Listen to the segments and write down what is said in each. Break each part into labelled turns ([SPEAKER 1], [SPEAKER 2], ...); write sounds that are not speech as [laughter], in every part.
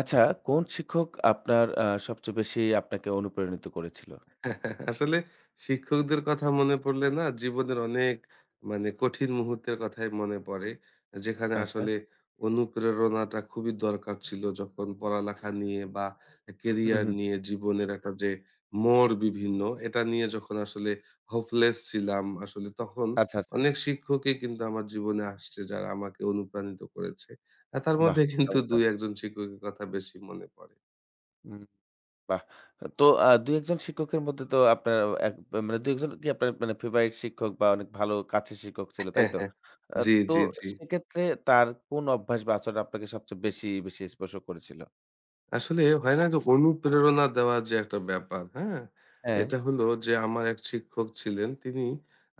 [SPEAKER 1] আচ্ছা, কোন শিক্ষক আপনার সবচেয়ে বেশি আপনাকে অনুপ্রাণিত করেছিল?
[SPEAKER 2] [laughs] আসলে শিক্ষকদের কথা মনে পড়লে না জীবনের অনেক মানে কঠিন মুহূর্তের কথাই মনে পড়ে। যেখানে
[SPEAKER 1] আচ্ছা।
[SPEAKER 2] আসলে অনুপ্রেরণাটা খুবই দরকার ছিল যখন পড়ালেখা নিয়ে বা
[SPEAKER 1] হুম,
[SPEAKER 2] কেরিয়ার
[SPEAKER 1] হুম।
[SPEAKER 2] নিয়ে জীবনের একটা যে মোড় বিভিন্ন এটা নিয়ে যখন আসলে হোপলেস ছিলাম আসলে তখন
[SPEAKER 1] আচ্ছা, আচ্ছা।
[SPEAKER 2] অনেক শিক্ষকই কিন্তু আমার জীবনে আসছে যারা আমাকে অনুপ্রাণিত করেছে। আর তার
[SPEAKER 1] বাহ!
[SPEAKER 2] মধ্যে কিন্তু
[SPEAKER 1] চমৎকার।
[SPEAKER 2] ২-১ জন শিক্ষকের কথা বেশি মনে পড়ে।
[SPEAKER 1] হুম, বাহ! তো ২-১ জন শিক্ষকের মধ্যে তো আপনার এক মানে ২-১ জন কি আপনার মানে ফেভারিট শিক্ষক বা অনেক ভালো কাছের শিক্ষক ছিল, তাই তো?
[SPEAKER 2] [laughs]
[SPEAKER 1] আ
[SPEAKER 2] জি,
[SPEAKER 1] তো
[SPEAKER 2] জি, জি।
[SPEAKER 1] সেক্ষেত্রে তার কোন অভ্যাস বা আচরণ আপনাকে সবচেয়ে বেশি, বেশি স্পর্শ করেছিল?
[SPEAKER 2] আসলে হয় না যে অনুপ্রেরণা দেওয়ার যে একটা ব্যাপার, হ্যাঁ?
[SPEAKER 1] হ্যাঁ।
[SPEAKER 2] এটা হলো যে আমার এক শিক্ষক ছিলেন। তিনি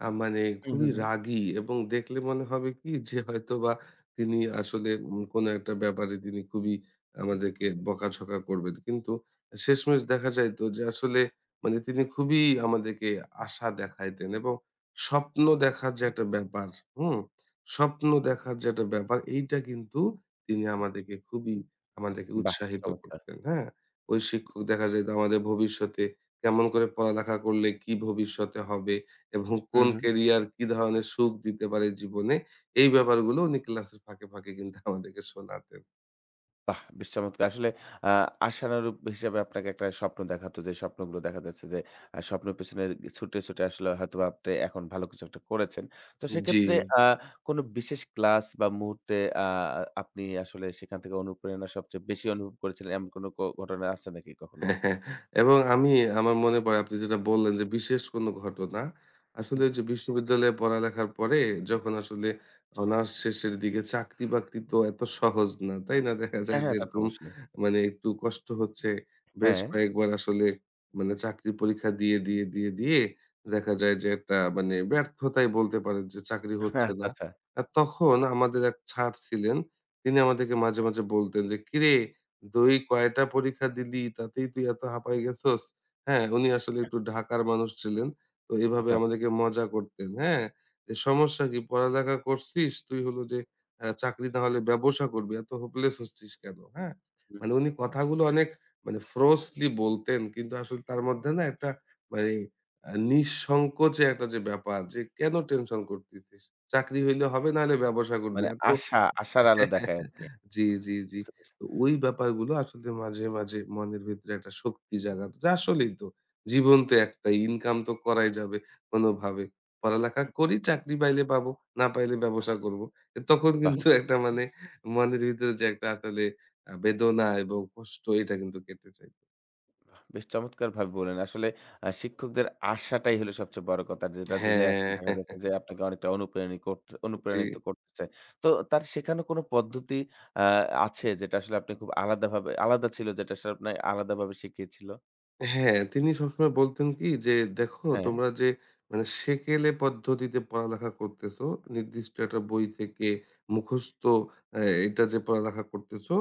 [SPEAKER 2] মানে
[SPEAKER 1] হুম,
[SPEAKER 2] খুবই
[SPEAKER 1] হুম, হুম।
[SPEAKER 2] রাগী এবং দেখলে মনে হবে কি যে হয়তোবা তিনি আসলে কোনো একটা ব্যাপারে তিনি খুবই আমাদেরকে বকাঝকা করবেন। কিন্তু শেষমেশ দেখা যাইত যে আসলে মানে তিনি খুবই আমাদেরকে আশা দেখাইতেন এবং স্বপ্ন দেখার যে একটা ব্যাপার, হুম? স্বপ্ন দেখার যে একটা ব্যাপার এইটা কিন্তু তিনি আমাদেরকে খুবই আমাদেরকে
[SPEAKER 1] বাহ!
[SPEAKER 2] উৎসাহিত
[SPEAKER 1] চমৎকার।
[SPEAKER 2] করতেন, হ্যাঁ? ওই শিক্ষক দেখা যেত আমাদের ভবিষ্যতে কেমন করে পড়ালেখা করলে কি ভবিষ্যতে হবে এবং
[SPEAKER 1] হুম,
[SPEAKER 2] কোন
[SPEAKER 1] হুম।
[SPEAKER 2] কেরিয়ার কি ধরনের সুখ দিতে পারে জীবনে, এই ব্যাপারগুলো উনি ক্লাসের ফাঁকে, ফাঁকে কিন্তু আমাদেরকে শোনাতেন।
[SPEAKER 1] বাহ! বেশ চমৎকার। আসলে আ আশানুরূপ হিসাবে আপনাকে একটা স্বপ্ন দেখাতো যে স্বপ্নগুলো দেখা যাচ্ছে যে স্বপ্নের পেছনে ছুটে, ছুটে আসলে হয়তোবা আপনি এখন ভালো কিছু একটা করেছেন। তো
[SPEAKER 2] জি।
[SPEAKER 1] সেক্ষেত্রে আ কোনো বিশেষ ক্লাস বা মুহূর্তে আ আপনি আসলে সেখান থেকে অনুপ্রেরণা সবচেয়ে বেশি অনুভব করেছিলেন এমন কোনো ঘটনা আছে নাকি কখনো?
[SPEAKER 2] হ্যাঁ, হ্যাঁ। এবং আমি আমার মনে পড়ে আপনি যেটা বললেন যে বিশেষ কোনো ঘটনা। আসলে
[SPEAKER 1] হুম।
[SPEAKER 2] ওই যে বিশ্ববিদ্যালয়ে পড়ালেখার পরে যখন আসলে অনার্স শেষের দিকে চাকরি-বাকরি তো এত সহজ না। তাই না? দেখা
[SPEAKER 1] হ্যাঁ,
[SPEAKER 2] যায় যে
[SPEAKER 1] হ্যাঁ, তা তো
[SPEAKER 2] এরকম
[SPEAKER 1] অবশ্যই।
[SPEAKER 2] মানে একটু কষ্ট হচ্ছে। বেশ
[SPEAKER 1] হ্যাঁ।
[SPEAKER 2] কয়েকবার আসলে মানে চাকরি পরীক্ষা দিয়ে, দিয়ে, দিয়ে, দিয়ে দেখা যায় যে একটা মানে ব্যর্থতাই বলতে পারেন যে চাকরি
[SPEAKER 1] আচ্ছা,
[SPEAKER 2] হচ্ছে না।
[SPEAKER 1] আচ্ছা,
[SPEAKER 2] আর তখন আমাদের এক স্যার ছিলেন। তিনি আমাদেরকে মাঝে, মাঝে বলতেন যে, "কিরে তুই কয়টা পরীক্ষা দিলি? তাতেই তুই এত হাঁপায় গেছস?" হ্যাঁ, উনি আসলে একটু ঢাকার মানুষ ছিলেন। তো এভাবে
[SPEAKER 1] আচ্ছা, আচ্ছা।
[SPEAKER 2] আমাদেরকে মজা করতেন, হ্যাঁ? যে,
[SPEAKER 1] হুম,
[SPEAKER 2] "সমস্যা কি? পড়ালেখা করছিস? তুই হলো যে চাকরি না হলে ব্যবসা করবি। এত হোপলেস হচ্ছিস কেন?" হ্যাঁ?
[SPEAKER 1] হুম।
[SPEAKER 2] মানে উনি কথাগুলো অনেক মানে ফ্রোসলি বলতেন। কিন্তু আসলে তার মধ্যে না একটা মানে নিঃসংকোচে একটা যে ব্যাপার যে, "কেন টেনশন করতেছিস? চাকরি হইলে হবে, না হলে ব্যবসা করবি।
[SPEAKER 1] মানে
[SPEAKER 2] এত
[SPEAKER 1] আশা, আশার আলো দেখায় আরকি।
[SPEAKER 2] জি, জি, জি।
[SPEAKER 1] বুঝতে পেরেছি।
[SPEAKER 2] তো ওই ব্যাপারগুলো আসলে মাঝে, মাঝে মনের ভিতরে একটা শক্তি জাগাত। যে আসলেই তো জীবন তো একটাই, ইনকাম তো করাই যাবে কোনোভাবে। পড়ালেখা
[SPEAKER 1] হুম।
[SPEAKER 2] করি, চাকরি পাইলে পাবো, না পাইলে ব্যবসা করব। তখন
[SPEAKER 1] বাহ!
[SPEAKER 2] কিন্তু একটা মানে মনের ভিতরে যে একটা আসলে বেদনা এবং কষ্ট এটা কিন্তু কেটে যায়।
[SPEAKER 1] বেশ চমৎকারভাবে বললেন। আসলে শিক্ষকদের আশাটাই হলো সবচেয়ে বড় কথা। যেটা দিলে আসলে
[SPEAKER 2] হ্যাঁ,
[SPEAKER 1] দেখা যাচ্ছে যে
[SPEAKER 2] [laughs]
[SPEAKER 1] আপনাকে অনেকটা
[SPEAKER 2] জি।
[SPEAKER 1] অনুপ্রাণিত করতেছে। তো তার শেখানো কোনো পদ্ধতি আ আছে যেটা আসলে আপনি খুব আলাদা ছিল যেটা আসলে আপনার আলাদাভাবে শিখিয়েছিল?
[SPEAKER 2] হ্যাঁ, তিনি সবসময় বলতেন কি যে, "দেখো
[SPEAKER 1] হ্যাঁ,
[SPEAKER 2] তোমরা যে মানে সেকেলে পদ্ধতিতে পড়ালেখা করতেছো, নির্দিষ্ট একটা বই থেকে মুখস্থ এটা যে পড়ালেখা করতেছো,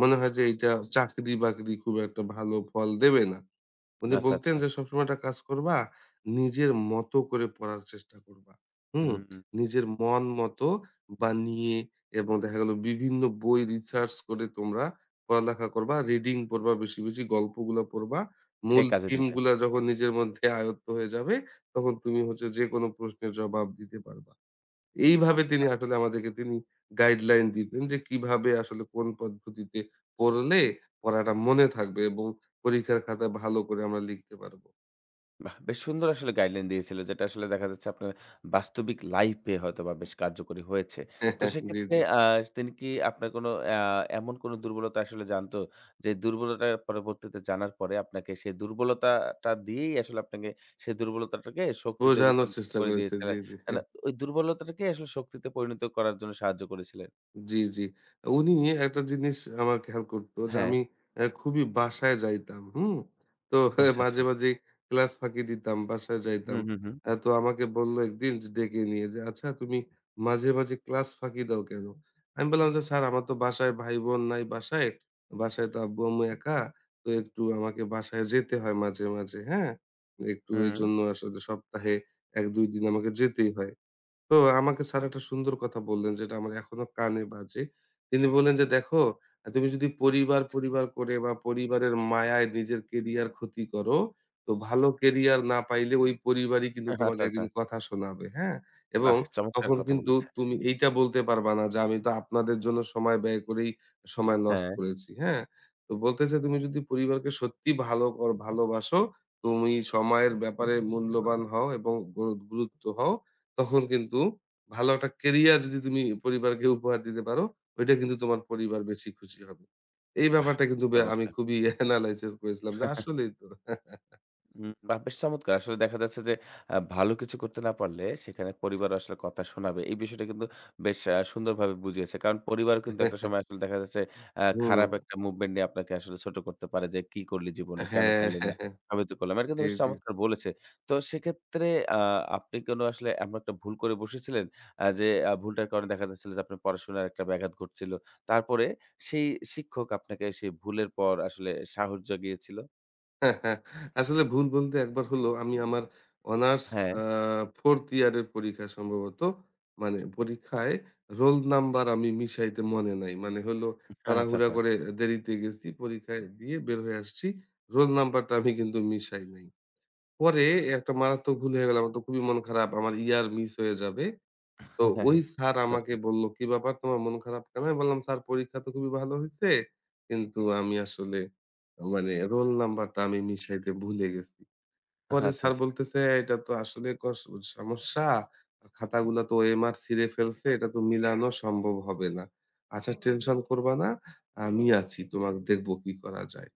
[SPEAKER 2] মনে হয় যে এইটা চাকরি-বাকরি খুব একটা ভালো ফল দেবে না।" উনি
[SPEAKER 1] আচ্ছা,
[SPEAKER 2] বলতেন
[SPEAKER 1] আচ্ছা।
[SPEAKER 2] যে সবসময় একটা কাজ করবা, নিজের মতো করে পড়ার চেষ্টা করবা। হুম?
[SPEAKER 1] হুম, হুম,
[SPEAKER 2] নিজের মন মতো বানিয়ে এবং দেখা গেল বিভিন্ন বই রিসার্চ করে তোমরা পড়ালেখা করবা, রিডিং পড়বা বেশি, বেশি গল্পগুলা পড়বা। মূল
[SPEAKER 1] এটাই কাজে
[SPEAKER 2] থিম
[SPEAKER 1] দিবে।
[SPEAKER 2] গুলা যখন নিজের মধ্যে আয়ত্ত হয়ে যাবে, তখন তুমি হচ্ছে যেকোনো প্রশ্নের জবাব দিতে পারবা। এইভাবে তিনি আসলে আমাদেরকে তিনি গাইডলাইন দিতেন যে কিভাবে আসলে কোন পদ্ধতিতে পড়লে পড়াটা মনে থাকবে এবং পরীক্ষার খাতায় ভালো করে আমরা লিখতে পারবো।
[SPEAKER 1] বাহ! বেশ সুন্দর আসলে গাইডলাইন দিয়েছিল যেটা আসলে দেখা যাচ্ছে আপনার বাস্তবিক লাইফে হয়তোবা বেশ কার্যকরী হয়েছে। তো
[SPEAKER 2] [laughs] জি,
[SPEAKER 1] সেক্ষেত্রে
[SPEAKER 2] জি।
[SPEAKER 1] তিনি কি আপনার কোনো এমন কোনো দুর্বলতা আসলে জানতো যে দুর্বলতার পরবর্তীতে জানার পরে আপনাকে সেই দুর্বলতাটা দিয়েই আসলে আপনাকে সেই দুর্বলতাটাকে শক্তিতে
[SPEAKER 2] বোঝানোর
[SPEAKER 1] রূপান্তরিত
[SPEAKER 2] চেষ্টা
[SPEAKER 1] করে
[SPEAKER 2] করেছে। জি,
[SPEAKER 1] দিয়েছিলেন।
[SPEAKER 2] জি।
[SPEAKER 1] মানে ওই দুর্বলতাটাকে আসলে শক্তিতে পরিণত করার জন্য সাহায্য করেছিলেন।
[SPEAKER 2] জি, জি। উনি একটা জিনিস আমার খেয়াল করতো যে
[SPEAKER 1] হ্যাঁ।
[SPEAKER 2] আমি খুবই বাসায় যাইতাম, হুম? তো [laughs]
[SPEAKER 1] আচ্ছা, আচ্ছা।
[SPEAKER 2] মাঝে, মাঝেই ক্লাস ফাঁকি দিতাম, বাসায়
[SPEAKER 1] হুম,
[SPEAKER 2] যাইতাম।
[SPEAKER 1] হুম, হুম।
[SPEAKER 2] তো আমাকে বলল একদিন যে ডেকে নিয়ে যে, "আচ্ছা তুমি মাঝে, মাঝে ক্লাস ফাঁকি দাও কেন?" আমি বললাম যে, "স্যার আমার তো বাসায় ভাই-বোন নাই বাসায়। বাসায় তো আব্বু-আম্মু একা। তো একটু আমাকে বাসায় যেতে হয় মাঝে, মাঝে, হ্যাঁ? একটু
[SPEAKER 1] হুম।
[SPEAKER 2] এজন্য আসলে সপ্তাহে ১-২ দিন আমাকে যেতেই হয়।" তো আমাকে স্যার একটা সুন্দর কথা বললেন যেটা আমার এখনো কানে বাজে। তিনি বললেন যে, "দেখো তুমি যদি পরিবার, পরিবার করে বা পরিবারের মায়ায় নিজের কেরিয়ার ক্ষতি করো, তো ভালো কেরিয়ার না পাইলে ওই পরিবারই কিন্তু তোমাকে
[SPEAKER 1] আচ্ছা, আচ্ছা।
[SPEAKER 2] একদিন কথা শোনাবে।" হ্যাঁ? এবং
[SPEAKER 1] বাহ! চমৎকার
[SPEAKER 2] তখন
[SPEAKER 1] কথা
[SPEAKER 2] কিন্তু
[SPEAKER 1] বলেছে।
[SPEAKER 2] তুমি এইটা বলতে পারবা না যে, "আমি তো আপনাদের জন্য সময় ব্যয় করেই সময় লস
[SPEAKER 1] হ্যাঁ,
[SPEAKER 2] করেছি।" হ্যাঁ? তো বলতেছে, "তুমি যদি পরিবারকে সত্যি ভালোবাসো, তুমি সময়ের ব্যাপারে মূল্যবান হও এবং গুরুত্ব হও" তখন কিন্তু ভালো একটা কেরিয়ার যদি তুমি পরিবারকে উপহার দিতে পারো, ওইটা কিন্তু তোমার পরিবার বেশি খুশি হবে। এই
[SPEAKER 1] বাহ!
[SPEAKER 2] ব্যাপারটা
[SPEAKER 1] বেশ
[SPEAKER 2] কিন্তু আমি
[SPEAKER 1] চমৎকার।
[SPEAKER 2] খুবই [laughs] এনালাইসিস করেছিলাম যে আসলেই তো।
[SPEAKER 1] বাহ! বেশ চমৎকার। আসলে দেখা যাচ্ছে যে ভালো কিছু করতে না পারলে সেখানে পরিবারও আসলে কথা শোনাবে। এই বিষয়টা কিন্তু বেশ সুন্দরভাবে বুঝিয়েছে। কারণ পরিবারও কিন্তু একটা সময়
[SPEAKER 2] [laughs]
[SPEAKER 1] আসলে দেখা যাচ্ছে
[SPEAKER 2] হুম।
[SPEAKER 1] খারাপ একটা মুভমেন্ট নিয়ে আপনাকে আসলে ছোট করতে পারে যে, "কি করলি জীবনে? কেন
[SPEAKER 2] হ্যাঁ,
[SPEAKER 1] পারলি
[SPEAKER 2] হ্যাঁ,
[SPEAKER 1] না?
[SPEAKER 2] হ্যাঁ।
[SPEAKER 1] সবই তো করলাম।" এটা কিন্তু
[SPEAKER 2] জি,
[SPEAKER 1] বেশ
[SPEAKER 2] জি।
[SPEAKER 1] চমৎকার বলেছে। তো সেক্ষেত্রে আ আপনি কোনো আসলে এমন একটা ভুল করে বসেছিলেন যে ভুলটার কারণে দেখা যাচ্ছিল যে আপনার পড়াশোনার একটা ব্যাঘাত ঘটছিল। তারপরে সেই শিক্ষক আপনাকে সেই ভুলের পর আসলে সাহস জাগিয়েছিল?
[SPEAKER 2] হ্যাঁ, হ্যাঁ। আসলে ভুল বলতে একবার হলো আমি আমার অনার্স
[SPEAKER 1] হ্যাঁ,
[SPEAKER 2] আ 4th ইয়ারের পরীক্ষা সম্ভবত। মানে পরীক্ষায় রোল নাম্বার আমি মিশাইতে মনে নাই। মানে হলো
[SPEAKER 1] আচ্ছা,
[SPEAKER 2] তাড়াহুড়া
[SPEAKER 1] আচ্ছা।
[SPEAKER 2] করে দেরিতে গেছি, পরীক্ষায় দিয়ে বের হয়ে আসছি। রোল নাম্বারটা আমি কিন্তু মিশাই নাই। পরে একটা মারাত্মক ভুল হয়ে গেল। আমার তো খুবই মন খারাপ। আমার ইয়ার মিস হয়ে যাবে। তো
[SPEAKER 1] হ্যাঁ,
[SPEAKER 2] ওই
[SPEAKER 1] হ্যাঁ।
[SPEAKER 2] স্যার
[SPEAKER 1] আচ্ছা,
[SPEAKER 2] আমাকে
[SPEAKER 1] আচ্ছা।
[SPEAKER 2] বলল, "কি ব্যাপার তোমার মন খারাপ কেন?" আমি বললাম, "স্যার পরীক্ষা তো খুবই ভালো হইছে। কিন্তু আমি আসলে মানে রোল নাম্বারটা আমি মিশাইতে ভুলে গেছি।" পরে
[SPEAKER 1] আচ্ছা,
[SPEAKER 2] স্যার
[SPEAKER 1] আচ্ছা।
[SPEAKER 2] বলতেছে, "এটা তো আসলে সমস্যা। খাতাগুলা তো এমআর ছিঁড়ে ফেলছে। এটা তো মিলানো সম্ভব হবে না। আচ্ছা টেনশন করবা না। আমি আছি। তোমাকে দেখব কি করা যায়।"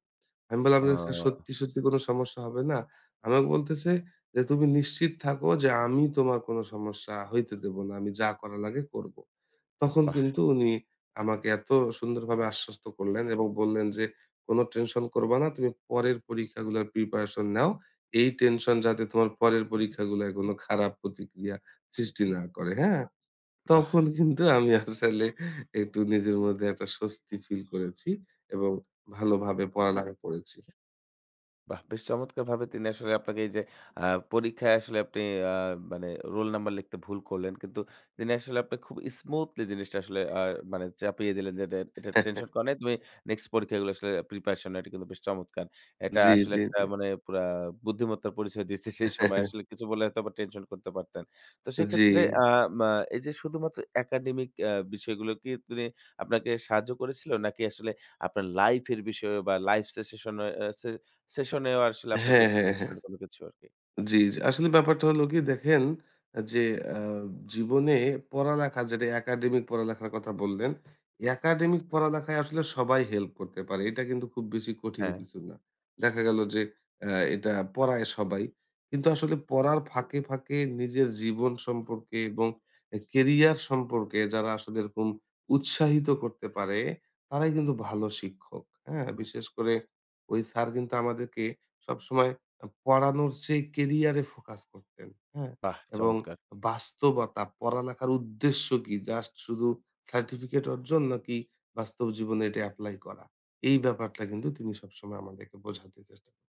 [SPEAKER 2] আমি বললাম যে, "স্যার
[SPEAKER 1] ও
[SPEAKER 2] সত্যি, সত্যি কোনো সমস্যা হবে না?" আমাকে বলতেছে যে, "তুমি নিশ্চিত থাকো যে আমি তোমার কোনো সমস্যা হইতে দেব না। আমি যা করা লাগে করব।" তখন
[SPEAKER 1] বাহ!
[SPEAKER 2] কিন্তু উনি আমাকে এত সুন্দরভাবে আশ্বস্ত করলেন এবং বললেন যে, "কোনো টেনশন করবা না। তুমি পরের পরীক্ষাগুলার প্রিপারেশন নাও। এই টেনশন যাতে তোমার পরের পরীক্ষাগুলায় কোনো খারাপ প্রতিক্রিয়া সৃষ্টি না করে।" হ্যাঁ?
[SPEAKER 1] বাহ!
[SPEAKER 2] তখন কিন্তু আমি আসলে একটু নিজের মধ্যে একটা স্বস্তি ফিল করেছি এবং ভালোভাবে পড়ালেখা করেছি।
[SPEAKER 1] বাহ! বেশ চমৎকারভাবে তিনি আসলে আপনাকে এই যে আ পরীক্ষায় আসলে আপনি আ মানে রোল নাম্বার লিখতে ভুল করলেন। কিন্তু তিনি আসলে আপনি খুব স্মুথলি জিনিসটা আসলে মানে চাপিয়ে দিলেন যে, "এটা এটার টেনশন করা নাই। তুমি নেক্সট পরীক্ষাগুলো আসলে প্রিপারেশন নাও।" এটা কিন্তু বেশ চমৎকার। এটা
[SPEAKER 2] জি,
[SPEAKER 1] আসলে
[SPEAKER 2] জি,
[SPEAKER 1] একটা
[SPEAKER 2] জি।
[SPEAKER 1] মানে পুরা বুদ্ধিমত্তার পরিচয় দিচ্ছে সেই সময়। আসলে কিছু বললে হয়তোবা টেনশন করতে পারতেন। তো
[SPEAKER 2] জি।
[SPEAKER 1] সেক্ষেত্রে আ মা এই যে শুধুমাত্র একাডেমিক বিষয়গুলো কি তিনি আপনাকে সাহায্য করেছিল? নাকি আসলে আপনার লাইফ এর বিষয়ে বা লাইফ সেসেশন এ সে সেশনেও আসলে আপনাকে
[SPEAKER 2] হ্যাঁ, হ্যাঁ, হ্যাঁ।
[SPEAKER 1] শিখিয়েছিলেন কোনো কিছু আরকি।
[SPEAKER 2] জি, জি। আসলে ব্যাপারটা হলো কি দেখেন যে আ জীবনে পড়ালেখা যেটা একাডেমিক পড়ালেখার কথা বললেন, একাডেমিক পড়ালেখায় আসলে সবাই হেল্প করতে পারে। এটা কিন্তু খুব বেশি কঠিন
[SPEAKER 1] হ্যাঁ।
[SPEAKER 2] কিছু না। দেখা গেল যে আ এটা পড়ায় সবাই। কিন্তু আসলে পড়ার ফাঁকে, ফাঁকে নিজের জীবন সম্পর্কে এবং কেরিয়ার সম্পর্কে যারা আসলে এরকম উৎসাহিত করতে পারে, তারাই কিন্তু ভালো শিক্ষক। হ্যাঁ?
[SPEAKER 1] হুম।
[SPEAKER 2] বিশেষ করে ওই স্যার কিন্তু আমাদেরকে সবসময় পড়ানোর চেয়ে কেরিয়ারে ফোকাস করতেন। হ্যাঁ?
[SPEAKER 1] বাহ!
[SPEAKER 2] এবং
[SPEAKER 1] চমৎকার!
[SPEAKER 2] বাস্তবতা, পড়ালেখার উদ্দেশ্য কি? জাস্ট শুধু সার্টিফিকেট অর্জন নাকি বাস্তব জীবনে এটা এপ্লাই করা? এই ব্যাপারটা কিন্তু তিনি সবসময় আমাদেরকে বোঝাতে চেষ্টা করেন।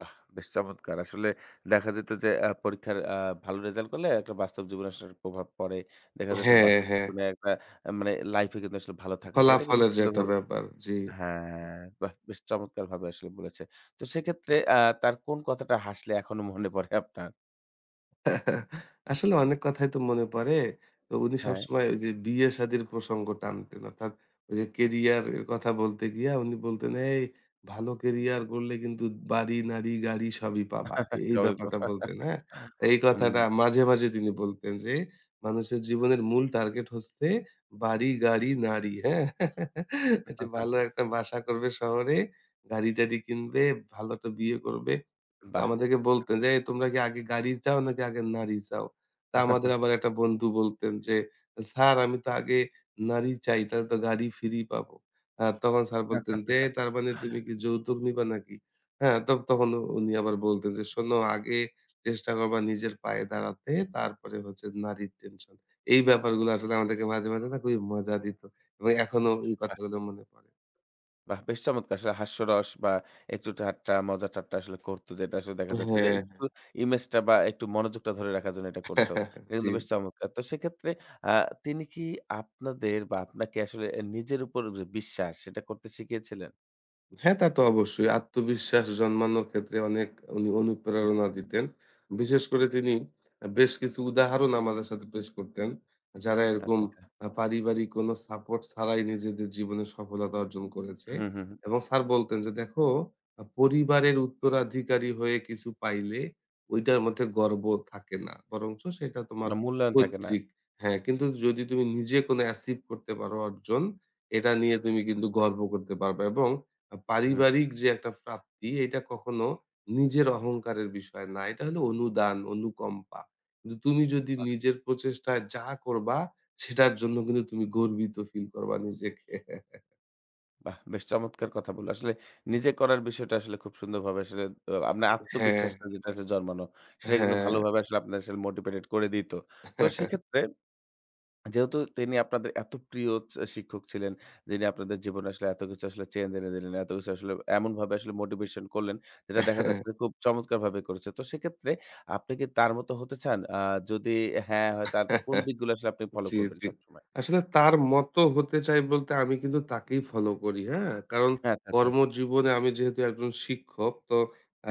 [SPEAKER 1] বাহ! বেশ চমৎকার! আসলে দেখা যেত যে পরীক্ষার ভালো রেজাল্ট করলে একটা বাস্তব জীবনে আসলে একটা প্রভাব পড়ে। দেখা যাচ্ছে
[SPEAKER 2] হ্যাঁ,
[SPEAKER 1] বাস্তব
[SPEAKER 2] হ্যাঁ।
[SPEAKER 1] জীবনে একটা মানে লাইফে কিন্তু আসলে ভালো থাকা যায়। এটা কিন্তু
[SPEAKER 2] ফলাফলের যে একটা
[SPEAKER 1] সুন্দরভাবে
[SPEAKER 2] ব্যাপার। জি।
[SPEAKER 1] হ্যাঁ, বাহ! বেশ চমৎকারভাবে আসলে বলেছে। তো সেক্ষেত্রে তার কোন কথাটা হাসলে এখনো মনে পড়ে আপনার?
[SPEAKER 2] আসলে অনেক কথাই তো মনে পড়ে। তো উনি
[SPEAKER 1] হ্যাঁ,
[SPEAKER 2] সবসময় ওই যে বিয়ে-শাদির প্রসঙ্গ টানতেন। অর্থাৎ ওই যে কেরিয়ার এর কথা বলতে গিয়া উনি বলতেন, "এই ভালো কেরিয়ার করলে কিন্তু বাড়ি, নাড়ি, গাড়ি সবই পাবা।"
[SPEAKER 1] [laughs]
[SPEAKER 2] এই
[SPEAKER 1] স্বাভাবিক
[SPEAKER 2] ব্যাপারটা
[SPEAKER 1] কথা।
[SPEAKER 2] বলতেন, হ্যাঁ? তো এই
[SPEAKER 1] হুম,
[SPEAKER 2] কথাটা মাঝে, মাঝে তিনি বলতেন যে, "মানুষের জীবনের মূল টার্গেট হচ্ছে বাড়ি, গাড়ি, নারী।" হ্যাঁ? যে ভালো একটা বাসা করবে শহরে, গাড়ি-টাড়ি কিনবে, ভালো একটা বিয়ে করবে। আমাদেরকে বলতেন যে, "এই তোমরা কি আগে গাড়ি চাও নাকি আগে নারী চাও?" তা আমাদের
[SPEAKER 1] বাহ!
[SPEAKER 2] আবার একটা বন্ধু বলতেন যে, "স্যার আমি তো আগে নারী চাই, তাহলে তো গাড়ি ফ্রি পাবো।" তখন স্যার বলতেন যে, "এই তার মানে তুমি কি যৌতুক নিবা নাকি?" হ্যাঁ? তো তখন উনি আবার বলতেন যে, "শোনো আগে চেষ্টা করবা নিজের পায়ে দাঁড়াতে, তারপরে হচ্ছে নারীর টেনশন।" এই ব্যাপারগুলো আসলে আমাদেরকে মাঝে, মাঝে না খুবই মজা দিত। এবং এখনো এই কথাগুলো মনে পড়ে।
[SPEAKER 1] বাহ! বেশ চমৎকার! আসলে হাস্যরস বা একটু ঠাট্টা, মজা-ঠাট্টা আসলে করতো যেটা আসলে দেখা যাচ্ছে যে
[SPEAKER 2] হ্যাঁ,
[SPEAKER 1] একটু ইমেজটা বা একটু মনোযোগটা ধরে রাখার জন্য এটা করতো। এটা
[SPEAKER 2] [laughs] জি।
[SPEAKER 1] কিন্তু বেশ চমৎকার। তো সেক্ষেত্রে আ তিনি কি আপনাদের বা আপনাকে আসলে এ নিজের উপর যে বিশ্বাস সেটা করতে শিখিয়েছিলেন?
[SPEAKER 2] হ্যাঁ, তা তো অবশ্যই। আত্মবিশ্বাস জন্মানোর ক্ষেত্রে অনেক উনি
[SPEAKER 1] হুম।
[SPEAKER 2] অনুপ্রেরণা দিতেন। বিশেষ করে তিনি বেশ কিছু উদাহরণ আমাদের সাথে পেশ করতেন, যারা এরকম
[SPEAKER 1] আচ্ছা, আচ্ছা।
[SPEAKER 2] পারিবারিক কোনো সাপোর্ট ছাড়াই নিজেদের জীবনে সফলতা অর্জন করেছে।
[SPEAKER 1] হুম, হুম,
[SPEAKER 2] এবং
[SPEAKER 1] হুম।
[SPEAKER 2] স্যার বলতেন যে, "দেখো, পরিবারের উত্তরাধিকারী হয়ে কিছু পাইলে ঐটার মধ্যে গর্ব থাকে না। বরঞ্চ সেটা তোমার
[SPEAKER 1] বা মূল্যায়ন থাকে না।
[SPEAKER 2] পৈতৃক। হ্যাঁ, কিন্তু যদি তুমি নিজে কোনো অ্যাচিভ করতে পারো অর্জন, এটা নিয়ে তুমি কিন্তু গর্ব করতে পারবা।" এবং
[SPEAKER 1] হুম,
[SPEAKER 2] পারিবারিক যে একটা প্রাপ্তি এটা কখনো নিজের অহংকারের বিষয় না। এটা হলো অনুদান, অনুকম্পা। কিন্তু তুমি যদি
[SPEAKER 1] বাহ!
[SPEAKER 2] নিজের প্রচেষ্টায় যা করবা সেটার জন্য কিন্তু তুমি গর্বিত ফিল করবা নিজেকে।
[SPEAKER 1] বাহ! বেশ চমৎকার কথা বলল। আসলে নিজে করার বিষয়টা আসলে খুব সুন্দরভাবে আসলে আপনার
[SPEAKER 2] হ্যাঁ,
[SPEAKER 1] আত্মবিশ্বাসটা যেটা আসলে জন্মানো সেটা কিন্তু
[SPEAKER 2] হ্যাঁ।
[SPEAKER 1] ভালোভাবে আসলে আপনার আসলে মোটিভেটেড করে দিত। তো হুম। সেক্ষেত্রে যেহেতু তিনি আপনাদের এত প্রিয় শিক্ষক ছিলেন, যিনি আপনাদের জীবনে আসলে এত কিছু আসলে চেঞ্জ এনে দিলেন, এত কিছু আসলে এমনভাবে আসলে মোটিভেশন করলেন, যেটা দেখা
[SPEAKER 2] হ্যাঁ
[SPEAKER 1] যাচ্ছে যে খুব চমৎকারভাবে করেছে। তো সেক্ষেত্রে আপনি কি তার মতো হতে চান? যদি হ্যাঁ হয়, তার কোন দিকগুলো আসলে আপনি ফলো
[SPEAKER 2] জি,
[SPEAKER 1] করবেন
[SPEAKER 2] জি।
[SPEAKER 1] সবসময়?
[SPEAKER 2] আসলে তার মতো হতে চাই বলতে আমি কিন্তু তাকেই ফলো করি, হ্যাঁ? কারণ
[SPEAKER 1] হ্যাঁ, আচ্ছা, আচ্ছা।
[SPEAKER 2] কর্মজীবনে আমি যেহেতু একজন শিক্ষক তো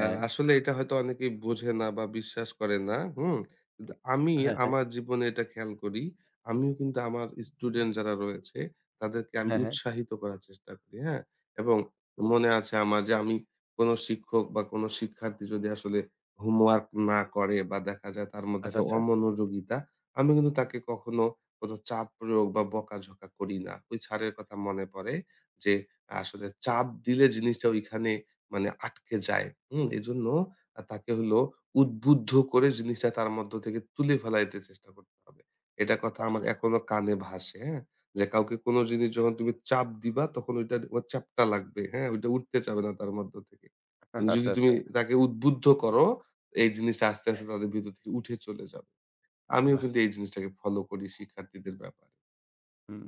[SPEAKER 2] আসলে এটা হয়তো অনেকেই বোঝে না বা বিশ্বাস করে না, হুম? কিন্তু আমি
[SPEAKER 1] হ্যাঁ, হ্যাঁ,
[SPEAKER 2] আমার জীবনে এটা খেয়াল করি। আমিও কিন্তু আমার স্টুডেন্ট যারা রয়েছে তাদেরকে আমি
[SPEAKER 1] হ্যাঁ, হ্যাঁ।
[SPEAKER 2] উৎসাহিত করার চেষ্টা করি, হ্যাঁ? এবং মনে আছে আমার যে আমি কোন শিক্ষক বা কোন শিক্ষার্থী যদি আসলে হোমওয়ার্ক না করে বা দেখা যায় তার মধ্যে
[SPEAKER 1] আচ্ছা,
[SPEAKER 2] একটা
[SPEAKER 1] আচ্ছা।
[SPEAKER 2] অমনোযোগিতা, আমি কিন্তু তাকে কখনো কোনো চাপ প্রয়োগ বা বকাঝকা করি না। ওই স্যারের কথা মনে পড়ে যে, আসলে চাপ দিলে জিনিসটা ওইখানে মানে আটকে যায়। হুম? এজন্য তাকে হলো উদ্বুদ্ধ করে জিনিসটা তার মধ্য থেকে তুলে ফেলাইতে চেষ্টা করতে হবে। এটা কথা
[SPEAKER 1] বাহ!
[SPEAKER 2] আমার এখনো কানে ভাসে, হ্যাঁ? যে কাউকে কোনো জিনিস যখন তুমি চাপ দিবা তখন ওইটা ওর চ্যাপ্টা লাগবে, হ্যাঁ? ওইটা উঠতে চাবে না তার মধ্য থেকে। কিন্তু যদি
[SPEAKER 1] আচ্ছা,
[SPEAKER 2] তুমি
[SPEAKER 1] আচ্ছা।
[SPEAKER 2] তাকে উদ্বুদ্ধ করো, এই জিনিসটা আস্তে, আস্তে তাদের ভিতর থেকে উঠে চলে যাবে। আমিও
[SPEAKER 1] বাহ!
[SPEAKER 2] কিন্তু এই জিনিসটাকে ফলো করি শিক্ষার্থীদের ব্যাপারে।
[SPEAKER 1] হুম,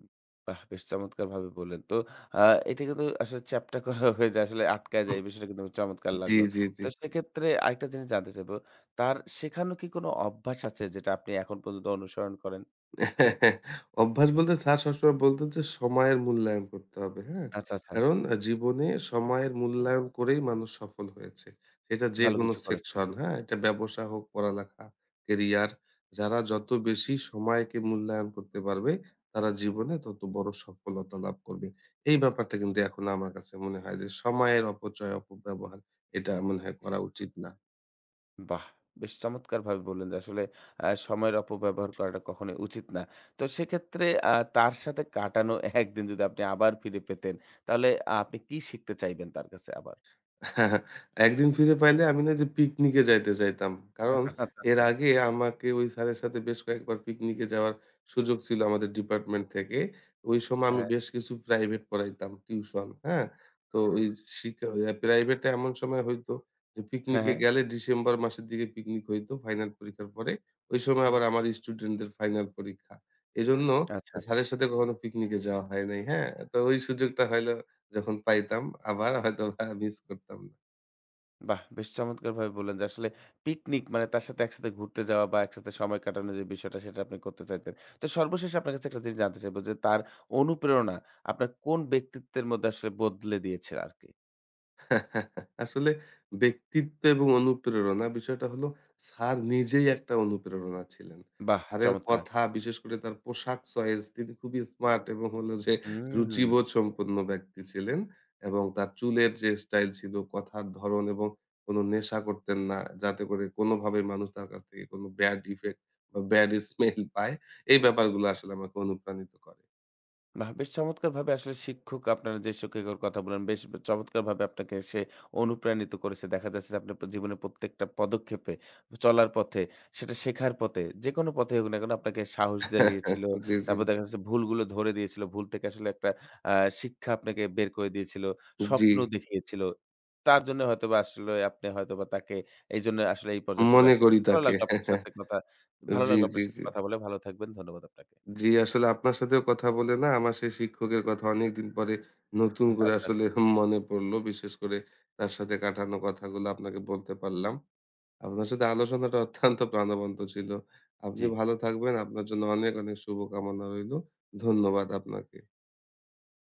[SPEAKER 1] বাহ! বেশ চমৎকারভাবে বললেন। তো আ এটা কিন্তু আসলে চ্যাপ্টা করা [laughs] হয়ে যায়, আসলে আটকায় যায়।
[SPEAKER 2] হুম।
[SPEAKER 1] এই বিষয়টা কিন্তু আমার চমৎকার
[SPEAKER 2] জি,
[SPEAKER 1] লাগলো।
[SPEAKER 2] জি, জি।
[SPEAKER 1] তো সেক্ষেত্রে আরেকটা জিনিস জানতে চাইবো, তার শেখানো কি কোনো অভ্যাস আছে যেটা আপনি এখন পর্যন্ত অনুসরণ করেন?
[SPEAKER 2] [laughs] অভ্যাস বলতে স্যার সবসময় বলতেন যে সময়ের মূল্যায়ন করতে হবে, হ্যাঁ?
[SPEAKER 1] আচ্ছা, আচ্ছা।
[SPEAKER 2] কারণ জীবনে সময়ের মূল্যায়ন করেই মানুষ সফল হয়েছে। সেটা
[SPEAKER 1] ভালো
[SPEAKER 2] যেকোনো
[SPEAKER 1] কিছু করেছে।
[SPEAKER 2] সেকশন, হ্যাঁ? এটা ব্যবসা হোক, পড়ালেখা, ক্যারিয়ার। যারা যত বেশি সময়কে মূল্যায়ন করতে পারবে, তারা জীবনে তত বড় সফলতা লাভ করবে। এই ব্যাপারটা কিন্তু এখন আমার কাছে মনে হয় যে সময়ের অপচয়, অপব্যবহার এটা মনে হয় করা উচিত না।
[SPEAKER 1] বাহ! বেশ চমৎকারভাবে বললেন যে আসলে সময়ের অপব্যবহার করাটা কখনোই উচিত না। তো সেক্ষেত্রে তার সাথে কাটানো [laughs] একদিন যদি আপনি আবার ফিরে পেতেন, তাহলে আহ, আপনি কি শিখতে চাইবেন তার কাছে আবার?
[SPEAKER 2] একদিন ফিরে পাইলে আমি না যে পিকনিকে যাইতে চাইতাম। কারণ
[SPEAKER 1] আচ্ছা,
[SPEAKER 2] এর
[SPEAKER 1] আচ্ছা।
[SPEAKER 2] আগে আমাকে ওই স্যারের সাথে বেশ কয়েকবার পিকনিকে যাওয়ার সুযোগ ছিল আমাদের ডিপার্টমেন্ট থেকে। ওই সময় আমি
[SPEAKER 1] হ্যাঁ,
[SPEAKER 2] বেশ কিছু প্রাইভেট পড়াইতাম টিউশন, হ্যাঁ? তো ওই হুম। শিকা ইয়া প্রাইভেটে এমন সময় হইতো যে
[SPEAKER 1] হ্যাঁ,
[SPEAKER 2] পিকনিকে
[SPEAKER 1] হ্যাঁ।
[SPEAKER 2] গেলে ডিসেম্বর মাসের দিকে পিকনিক হইতো ফাইনাল পরীক্ষার পরে। ওই সময়
[SPEAKER 1] হুম,
[SPEAKER 2] আবার আমার স্টুডেন্টদের ফাইনাল পরীক্ষা। এজন্য
[SPEAKER 1] আচ্ছা।
[SPEAKER 2] স্যারের সাথে কখনো পিকনিকে যাওয়া হয় নাই, হ্যাঁ? তো ওই সুযোগটা হইলো যখন পাইতাম আবার হয়তোবা মিস করতাম না।
[SPEAKER 1] বাহ! বেশ চমৎকারভাবে বললেন যে আসলে পিকনিক মানে তার সাথে একসাথে ঘুরতে যাওয়া বা একসাথে সময় কাটানোর যে বিষয়টা সেটা আপনি করতে চাইতেন। তো সর্বশেষে আপনার কাছে একটা জিনিস জানতে চাইবো যে তার অনুপ্রেরণা আপনার কোন ব্যক্তিত্বের মধ্যে আসলে বদলে দিয়েছে আরকি?
[SPEAKER 2] আসলে ব্যক্তিত্ব এবং অনুপ্রেরণা বিষয়টা হলো স্যার নিজেই একটা অনুপ্রেরণা ছিলেন।
[SPEAKER 1] বাহ!
[SPEAKER 2] স্যারের
[SPEAKER 1] চমৎকার।
[SPEAKER 2] কথা বিশেষ করে তার পোশাক চয়েস তিনি খুবই স্মার্ট এবং হলো যে
[SPEAKER 1] হুম।
[SPEAKER 2] রুচিবোধ সম্পন্ন ব্যক্তি ছিলেন এবং তার চুলের যে স্টাইল ছিল, কথার ধরন এবং কোনো নেশা করতেন না। যাতে করে কোনোভাবে মানুষ তার কাছ থেকে কোনো ব্যাড ইফেক্ট বা ব্যাড স্মেল পায়। এই ব্যাপারগুলো আসলে আমাকে অনুপ্রাণিত করে।
[SPEAKER 1] বাহ! বেশ চমৎকারভাবে আসলে শিক্ষক আপনারা যে শিক্ষকের কথা বললেন, বেশ চমৎকারভাবে আপনাকে সে অনুপ্রাণিত করেছে। দেখা যাচ্ছে যে আপনার জীবনের প্রত্যেকটা পদক্ষেপে, চলার পথে, সেটা শেখার পথে, যেকোনো পথেই হোক না কেন আপনাকে সাহস জাগিয়েছিল।
[SPEAKER 2] [laughs] জি, জি,
[SPEAKER 1] তারপর
[SPEAKER 2] জি।
[SPEAKER 1] দেখা যাচ্ছে ভুলগুলো ধরে দিয়েছিল। ভুল থেকে আসলে একটা আ শিক্ষা আপনাকে বের করে দিয়েছিল।
[SPEAKER 2] জি,
[SPEAKER 1] স্বপ্ন দেখিয়েছিল। তার জন্য হয়তোবা আসলে আপনি হয়তোবা তাকে এইজন্য আসলে এই পর্যায়ে চলে
[SPEAKER 2] মনে
[SPEAKER 1] আসছেন। তো
[SPEAKER 2] করি
[SPEAKER 1] ভালো
[SPEAKER 2] তাকে।
[SPEAKER 1] লাগলো
[SPEAKER 2] হ্যাঁ,
[SPEAKER 1] আপনার
[SPEAKER 2] হ্যাঁ।
[SPEAKER 1] সাথে কথা ভালো
[SPEAKER 2] জি,
[SPEAKER 1] লাগলো
[SPEAKER 2] জি,
[SPEAKER 1] আপনার সাথে
[SPEAKER 2] জি।
[SPEAKER 1] কথা বলে। ভালো থাকবেন। ধন্যবাদ আপনাকে।
[SPEAKER 2] জি, আসলে আপনার সাথেও কথা বলে না আমার সেই শিক্ষকের কথা অনেকদিন পরে নতুন করে
[SPEAKER 1] আচ্ছা,
[SPEAKER 2] আসলে
[SPEAKER 1] আচ্ছা।
[SPEAKER 2] মনে পড়লো। বিশেষ করে তার সাথে কাটানো কথাগুলো আপনাকে বলতে পারলাম। আপনার সাথে আলোচনাটা অত্যন্ত প্রাণবন্ত ছিল। আপনি
[SPEAKER 1] জি।
[SPEAKER 2] ভালো থাকবেন। আপনার জন্য অনেক, অনেক শুভকামনা রইলো। ধন্যবাদ আপনাকে।